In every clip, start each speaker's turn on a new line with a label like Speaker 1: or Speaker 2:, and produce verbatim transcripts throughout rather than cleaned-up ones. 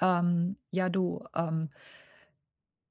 Speaker 1: Ähm, ja, du, ähm,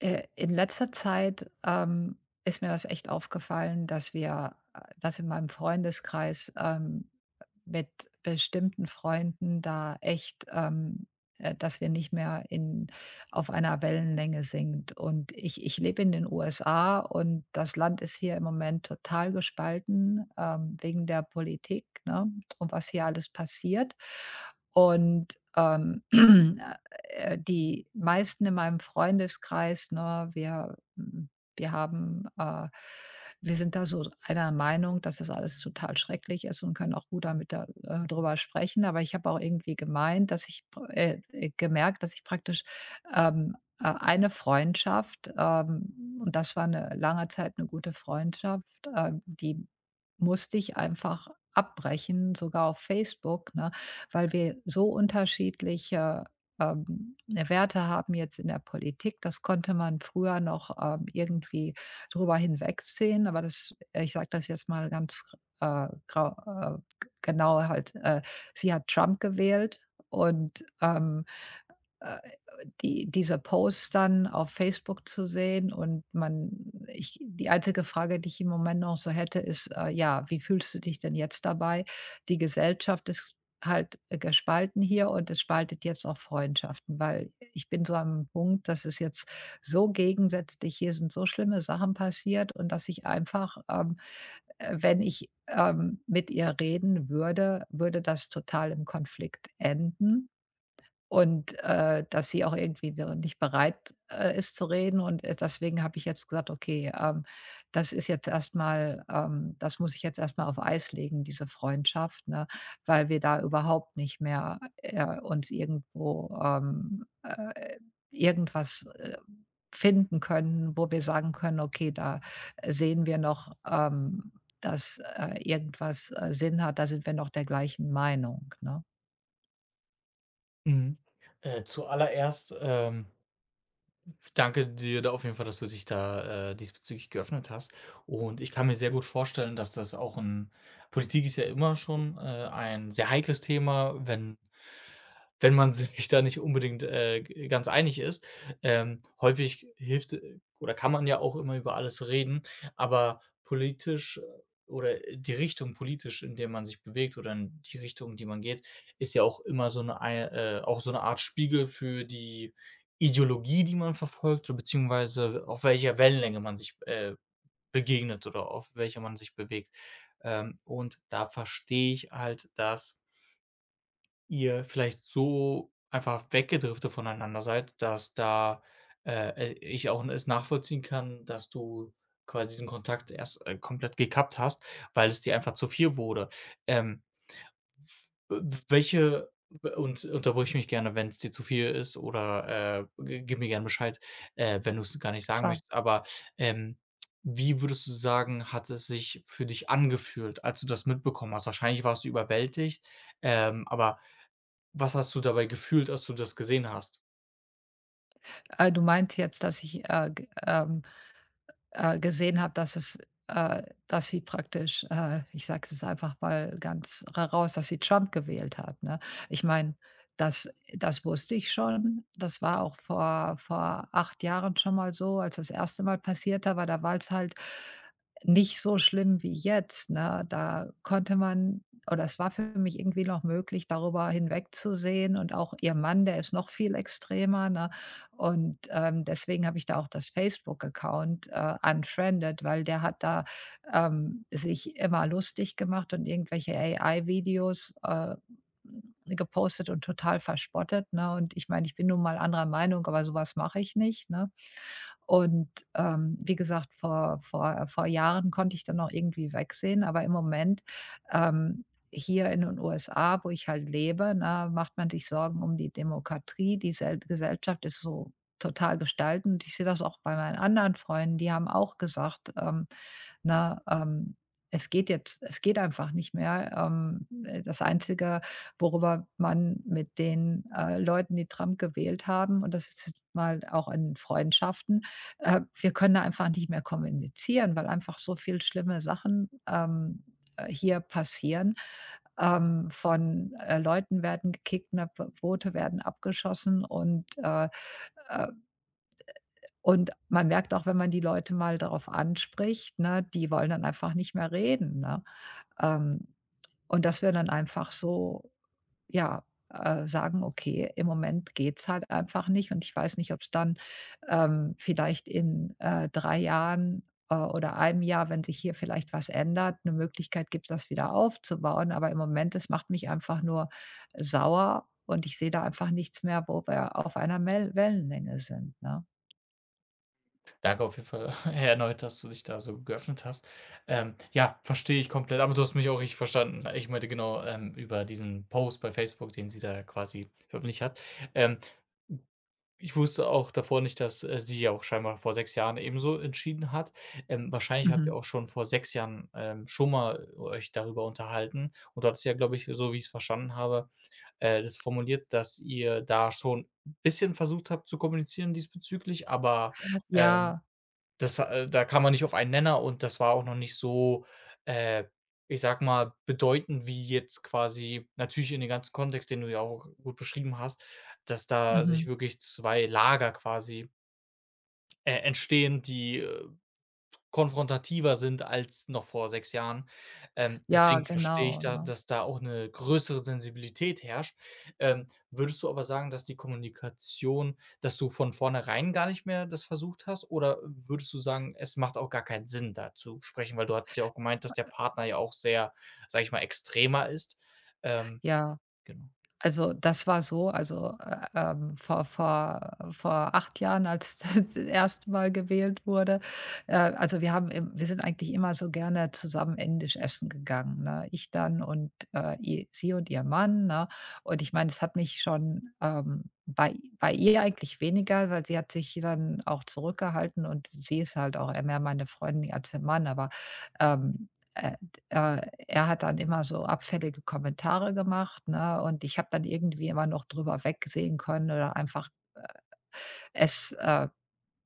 Speaker 1: äh, in letzter Zeit ähm, ist mir das echt aufgefallen, dass wir, äh, dass in meinem Freundeskreis ähm, mit bestimmten Freunden da echt, ähm, äh, dass wir nicht mehr in, auf einer Wellenlänge sind. Und ich, ich lebe in den U S A, und das Land ist hier im Moment total gespalten ähm, wegen der Politik, ne? Und was hier alles passiert. Und ähm, äh, die meisten in meinem Freundeskreis, ne, wir hm, wir haben äh, wir sind da so einer Meinung, dass das alles total schrecklich ist, und können auch gut damit da äh, drüber sprechen. Aber ich habe auch irgendwie gemeint, dass ich pr äh, äh, gemerkt, dass ich praktisch, ähm, äh, eine Freundschaft, ähm und das war eine lange Zeit eine gute Freundschaft, äh, die musste ich einfach abbrechen, sogar auf Facebook, ne, weil wir so unterschiedliche ähm, 'ne Werte haben jetzt in der Politik. Das konnte man früher noch ähm, irgendwie drüber hinwegsehen, aber das äh, ich sage das jetzt mal ganz, äh, grau äh, genau halt, äh, sie hat Trump gewählt. Und, ähm, äh die dieser Post dann auf Facebook zu sehen, und man ich, die einzige Frage, die ich im Moment noch so hätte, ist, äh, ja, wie fühlst du dich denn jetzt dabei? Die Gesellschaft ist halt, äh, gespalten hier, und es spaltet jetzt auch Freundschaften, weil ich bin so am Punkt, dass es jetzt so gegensätzlich hier sind, so schlimme Sachen passiert, und dass ich einfach, ähm, äh, wenn ich, ähm, mit ihr reden würde, würde das total im Konflikt enden. Und, äh, dass sie auch irgendwie so nicht bereit, äh, ist zu reden, und, äh, deswegen habe ich jetzt gesagt: „Okay, ähm, das ist jetzt erstmal ähm, das muss ich jetzt erstmal auf Eis legen, diese Freundschaft", ne, weil wir da überhaupt nicht mehr, äh, uns irgendwo, ähm, äh, irgendwas, äh, finden können, wo wir sagen können: „Okay, da sehen wir noch, ähm, dass, äh, irgendwas, äh, Sinn hat, da sind wir noch der gleichen Meinung", ne?
Speaker 2: Mhm. Äh, zuallererst, ähm, danke dir da auf jeden Fall, dass du dich da, äh, diesbezüglich geöffnet hast. Und ich kann mir sehr gut vorstellen, dass das auch 'n Politik ist ja immer schon, äh, ein sehr heikles Thema, wenn wenn man sich da nicht unbedingt, äh, g ganz einig ist. Ähm, häufig hilft äh, oder kann man ja auch immer über alles reden, aber politisch äh, oder die Richtung politisch, in der man sich bewegt oder in die Richtung, die man geht, ist ja auch immer so eine ei äh, auch so eine Art Spiegel für die Ideologie, die man verfolgt, oder beziehungsweise auf welcher Wellenlänge man sich, äh, begegnet oder auf welcher man sich bewegt. Ähm, und da verstehe ich halt, dass ihr vielleicht so einfach weggedriftet voneinander seid, dass da, äh, äh, ich auch es nachvollziehen kann, dass du quasi diesen Kontakt erst, äh, komplett gekappt hast, weil es dir einfach zu viel wurde. Ähm, w w welche und unterbrich mich gerne, wenn es dir zu viel ist oder, äh, g gib mir gerne Bescheid, äh, wenn du es gar nicht sagen
Speaker 1: Klar.
Speaker 2: möchtest, aber, ähm, wie würdest du sagen, hat es sich für dich angefühlt, als du das mitbekommen hast? Wahrscheinlich warst du überwältigt, ähm, aber was hast du dabei gefühlt, als du das gesehen hast?
Speaker 1: Äh, du meinst jetzt, dass ich, äh, g ähm, äh, gesehen habe, dass es äh, dass sie praktisch, äh, ich sage es einfach mal ganz raus, dass sie Trump gewählt hat, ne? Ich meine, das das wusste ich schon. Das war auch vor vor acht Jahren schon mal so, als das erste Mal passiert, war da war es halt nicht so schlimm wie jetzt, ne? Da konnte man, oder es war für mich irgendwie noch möglich, darüber hinwegzusehen, und auch ihr Mann, der ist noch viel extremer, ne? Und, ähm, deswegen habe ich da auch das Facebook-Account, äh, unfriended, weil der hat da, ähm, sich immer lustig gemacht und irgendwelche A I-Videos, äh, gepostet und total verspottet, ne? Und ich meine, ich bin nun mal anderer Meinung, aber sowas mache ich nicht, ne? Und, ähm, wie gesagt, vor vor vor Jahren konnte ich dann noch irgendwie wegsehen, aber im Moment, ähm, hier in den U S A, wo ich halt lebe, ne, macht man sich Sorgen um die Demokratie. Die Sel Gesellschaft ist so total gespalten, und ich sehe das auch bei meinen anderen Freunden, die haben auch gesagt, ähm ne? Ähm, es geht jetzt es geht einfach nicht mehr. Ähm, äh, das Einzige, worüber man mit den, äh, Leuten, die Trump gewählt haben, und das ist jetzt mal auch in Freundschaften, äh, wir können da einfach nicht mehr kommunizieren, weil einfach so viel schlimme Sachen, ähm, äh, hier passieren. Ähm, von, äh, Leuten werden gekickt, ne, Boote werden abgeschossen, und, äh, äh und man merkt auch, wenn man die Leute mal darauf anspricht, ne, die wollen dann einfach nicht mehr reden, ne? Ähm, und dass wir dann einfach so, ja, äh, sagen: „Okay, im Moment geht's halt einfach nicht, und ich weiß nicht, ob es dann, ähm, vielleicht in, äh, drei Jahren, äh, oder einem Jahr, wenn sich hier vielleicht was ändert, eine Möglichkeit gibt, das wieder aufzubauen. Aber im Moment, es macht mich einfach nur sauer, und ich sehe da einfach nichts mehr, wo wir auf einer Mel Wellenlänge sind", ne?
Speaker 2: Danke auf jeden Fall erneut, dass du dich da so geöffnet hast. Ähm, ja, verstehe ich komplett, aber du hast mich auch richtig verstanden. Ich meinte genau, ähm, über diesen Post bei Facebook, den sie da quasi veröffentlicht hat. Ähm, ich wusste auch davor nicht, dass, äh, sie ja auch scheinbar vor sechs Jahren ebenso entschieden hat. Ähm, wahrscheinlich habt ihr
Speaker 1: Mhm.
Speaker 2: auch schon vor sechs Jahren, ähm, schon mal euch darüber unterhalten und du hattest ja, glaube ich, so wie ich es verstanden habe, äh, das formuliert, dass ihr da schon ein bisschen versucht habt zu kommunizieren diesbezüglich, aber, ähm,
Speaker 1: Ja.
Speaker 2: das äh, da kam man nicht auf einen Nenner und das war auch noch nicht so, äh, ich sag mal, bedeutend wie jetzt quasi natürlich in dem ganzen Kontext, den du ja auch gut beschrieben hast, dass da sich
Speaker 1: Mhm.
Speaker 2: wirklich zwei Lager quasi, äh, entstehen, die äh, Konfrontativer sind als noch vor sechs Jahren. Ähm,
Speaker 1: Ja,
Speaker 2: deswegen verstehe ich
Speaker 1: genau,
Speaker 2: da,
Speaker 1: ne?
Speaker 2: dass da auch eine größere Sensibilität herrscht. Ähm, würdest du aber sagen, dass die Kommunikation dass du von vornherein gar nicht mehr das versucht hast oder würdest du sagen, es macht auch gar keinen Sinn, da zu sprechen? Weil du hast ja auch gemeint, dass der Partner ja auch sehr, sage ich mal, extremer ist. Ähm,
Speaker 1: Ja,
Speaker 2: genau.
Speaker 1: also das war so, also, äh, ähm, vor vor vor acht Jahren, als das erste Mal gewählt wurde, äh, also wir haben im wir sind eigentlich immer so gerne zusammen indisch essen gegangen, ne? Ich dann, und, äh, i sie und ihr Mann, ne? Und ich meine, es hat mich schon, ähm bei bei ihr eigentlich weniger, weil sie hat sich dann auch zurückgehalten, und sie ist halt auch eher mehr meine Freundin als ihr Mann, aber, ähm, äh, d äh, er hat dann immer so abfällige Kommentare gemacht, ne, und ich habe dann irgendwie immer noch drüber wegsehen können, oder einfach, äh, es, äh,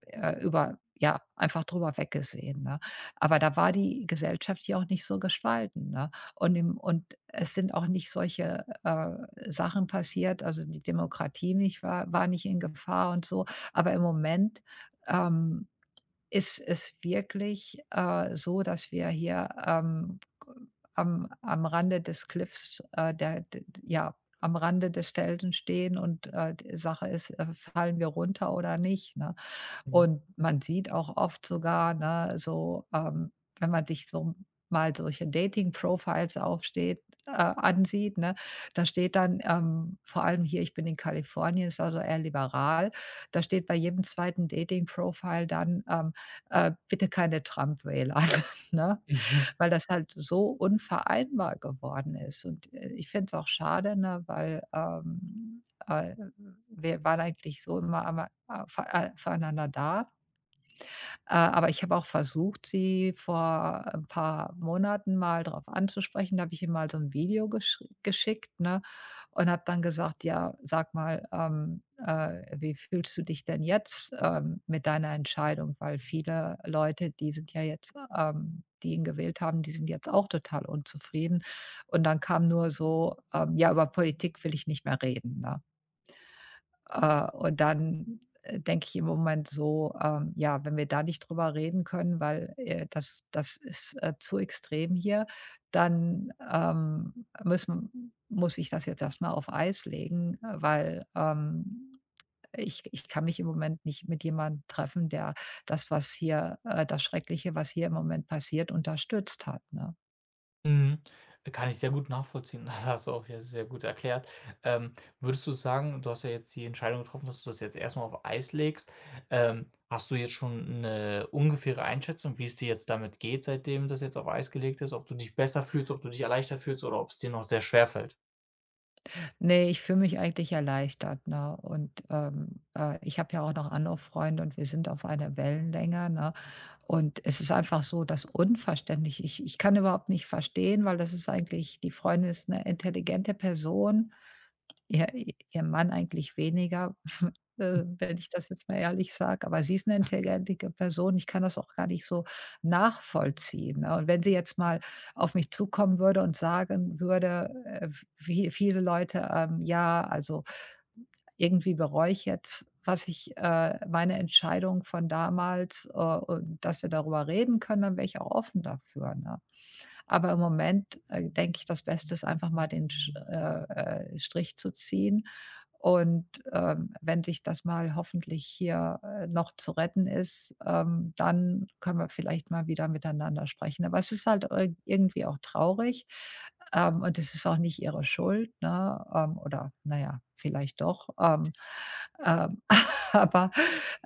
Speaker 1: äh, über ja, einfach drüber weggesehen, ne? Aber da war die Gesellschaft ja auch nicht so gespalten, ne? Und im und es sind auch nicht solche, äh, Sachen passiert, also die Demokratie nicht, war war nicht in Gefahr und so. Aber im Moment, ähm ist es wirklich, äh, so, dass wir hier, ähm, am am Rande des Cliffs, äh, der d d ja, am Rande des Felsen stehen, und, äh, d Sache ist, äh, fallen wir runter oder nicht, ne? Und man sieht auch oft sogar, ne, so, ähm, wenn man sich so mal solche Dating-Profiles aufsteht, äh, ansieht, ne, da steht dann, ähm, vor allem hier, ich bin in Kalifornien, ist also eher liberal, da steht bei jedem zweiten Dating-Profile dann, ähm, äh: „Bitte keine Trump-Wähler", ne?
Speaker 2: Mhm.
Speaker 1: Weil das halt so unvereinbar geworden ist. Und, äh, ich finde es auch schade, ne, weil, ähm, äh, wir waren eigentlich so immer einmal, äh, für äh, füreinander da, äh, aber ich habe auch versucht, sie vor ein paar Monaten mal drauf anzusprechen. Da habe ich ihr mal so ein Video gesch geschickt, ne, und habe dann gesagt: „Ja, sag mal, ähm, äh, wie fühlst du dich denn jetzt, ähm, mit deiner Entscheidung?" Weil viele Leute, die sind ja jetzt, ähm, die ihn gewählt haben, die sind jetzt auch total unzufrieden. Und dann kam nur so, ähm: „Ja, über Politik will ich nicht mehr reden", ne? Äh, und dann, äh, denke ich im Moment so, ähm, ja, wenn wir da nicht drüber reden können, weil, äh, das das ist, äh, zu extrem hier, dann, ähm, müssen muss ich das jetzt erst mal auf Eis legen, äh, weil, ähm, ich ich kann mich im Moment nicht mit jemandem treffen, der das, was hier, äh, das Schreckliche, was hier im Moment passiert, unterstützt hat, ne?
Speaker 2: Mhm. Kann ich sehr gut nachvollziehen. Das hast du auch jetzt sehr gut erklärt. Ähm, würdest du sagen, du hast ja jetzt die Entscheidung getroffen, dass du das jetzt erstmal auf Eis legst. Ähm, hast du jetzt schon eine ungefähre Einschätzung, wie es dir jetzt damit geht, seitdem das jetzt auf Eis gelegt ist? Ob du dich besser fühlst, ob du dich erleichtert fühlst oder ob es dir noch sehr schwer fällt?
Speaker 1: Ne, ich fühle mich eigentlich erleichtert, ne? Und, ähm, äh, ich habe ja auch noch andere Freunde, und wir sind auf einer Wellenlänge, ne? Und es ist einfach so das unverständlich, ich ich kann überhaupt nicht verstehen, weil das ist eigentlich, die Freundin ist eine intelligente Person. Ihr ihr Mann eigentlich weniger, äh, wenn ich das jetzt mal ehrlich sage, aber sie ist eine intelligente Person. Ich kann das auch gar nicht so nachvollziehen, ne? Und wenn sie jetzt mal auf mich zukommen würde und sagen würde, äh, wie viele Leute, ähm: „Ja, also irgendwie bereue ich jetzt, was ich, äh, meine Entscheidung von damals, äh, und dass wir darüber reden können", dann wäre ich auch offen dafür, ne? Aber im Moment, äh, denke ich, das Beste ist einfach mal den Sch äh, äh, Strich zu ziehen. Und ähm, wenn sich das mal, hoffentlich, hier äh, noch zu retten ist, ähm, dann können wir vielleicht mal wieder miteinander sprechen. Aber es ist halt irg irgendwie auch traurig, ähm, und es ist auch nicht ihre Schuld, ne? Ähm, oder naja, vielleicht doch. Ähm, ähm, aber,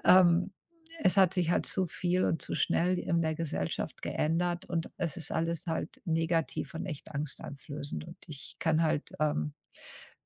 Speaker 1: ähm, es hat sich halt zu viel und zu schnell in der Gesellschaft geändert, und es ist alles halt negativ und echt angsteinflößend. Und ich kann halt, ähm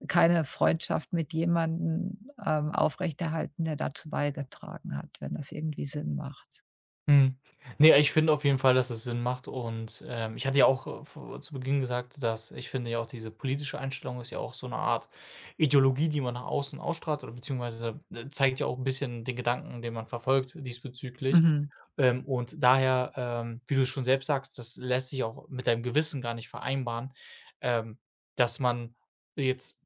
Speaker 1: keine Freundschaft mit jemandem, ähm, aufrechterhalten, der dazu beigetragen hat, wenn das irgendwie Sinn macht.
Speaker 2: Mhm. Ne, ich finde auf jeden Fall, dass es Sinn macht und, ähm, ich hatte ja auch, äh, v zu Beginn gesagt, dass ich finde ja auch diese politische Einstellung ist ja auch so eine Art Ideologie, die man nach außen ausstrahlt oder beziehungsweise, äh, zeigt ja auch ein bisschen den Gedanken, den man verfolgt diesbezüglich.
Speaker 1: Mhm,
Speaker 2: Ähm, und daher, ähm, wie du schon selbst sagst, das lässt sich auch mit deinem Gewissen gar nicht vereinbaren, ähm, dass man jetzt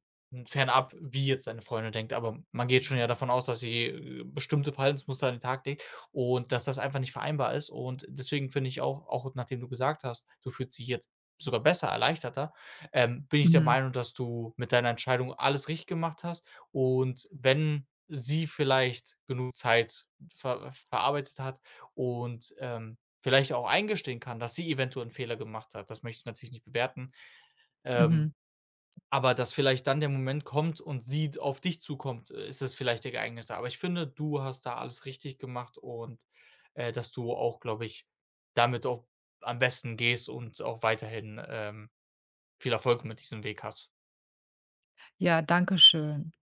Speaker 2: fernab, wie jetzt deine Freundin denkt, aber man geht schon ja davon aus, dass sie, äh, bestimmte Verhaltensmuster an den Tag legt und dass das einfach nicht vereinbar ist und deswegen finde ich auch auch nachdem du gesagt hast, du fühlst dich jetzt sogar besser, erleichterter, ähm, bin ich der
Speaker 1: mhm,
Speaker 2: Meinung, dass du mit deiner Entscheidung alles richtig gemacht hast und wenn sie vielleicht genug Zeit ver verarbeitet hat und, ähm, vielleicht auch eingestehen kann, dass sie eventuell einen Fehler gemacht hat. Das möchte ich natürlich nicht bewerten, ähm
Speaker 1: mhm.
Speaker 2: aber dass vielleicht dann der Moment kommt und sie d auf dich zukommt, äh, ist es vielleicht der geeignete. Aber ich finde, du hast da alles richtig gemacht und, äh, dass du auch, glaube ich, damit auch am besten gehst und auch weiterhin, ähm, viel Erfolg mit diesem Weg hast.
Speaker 1: Ja, danke schön.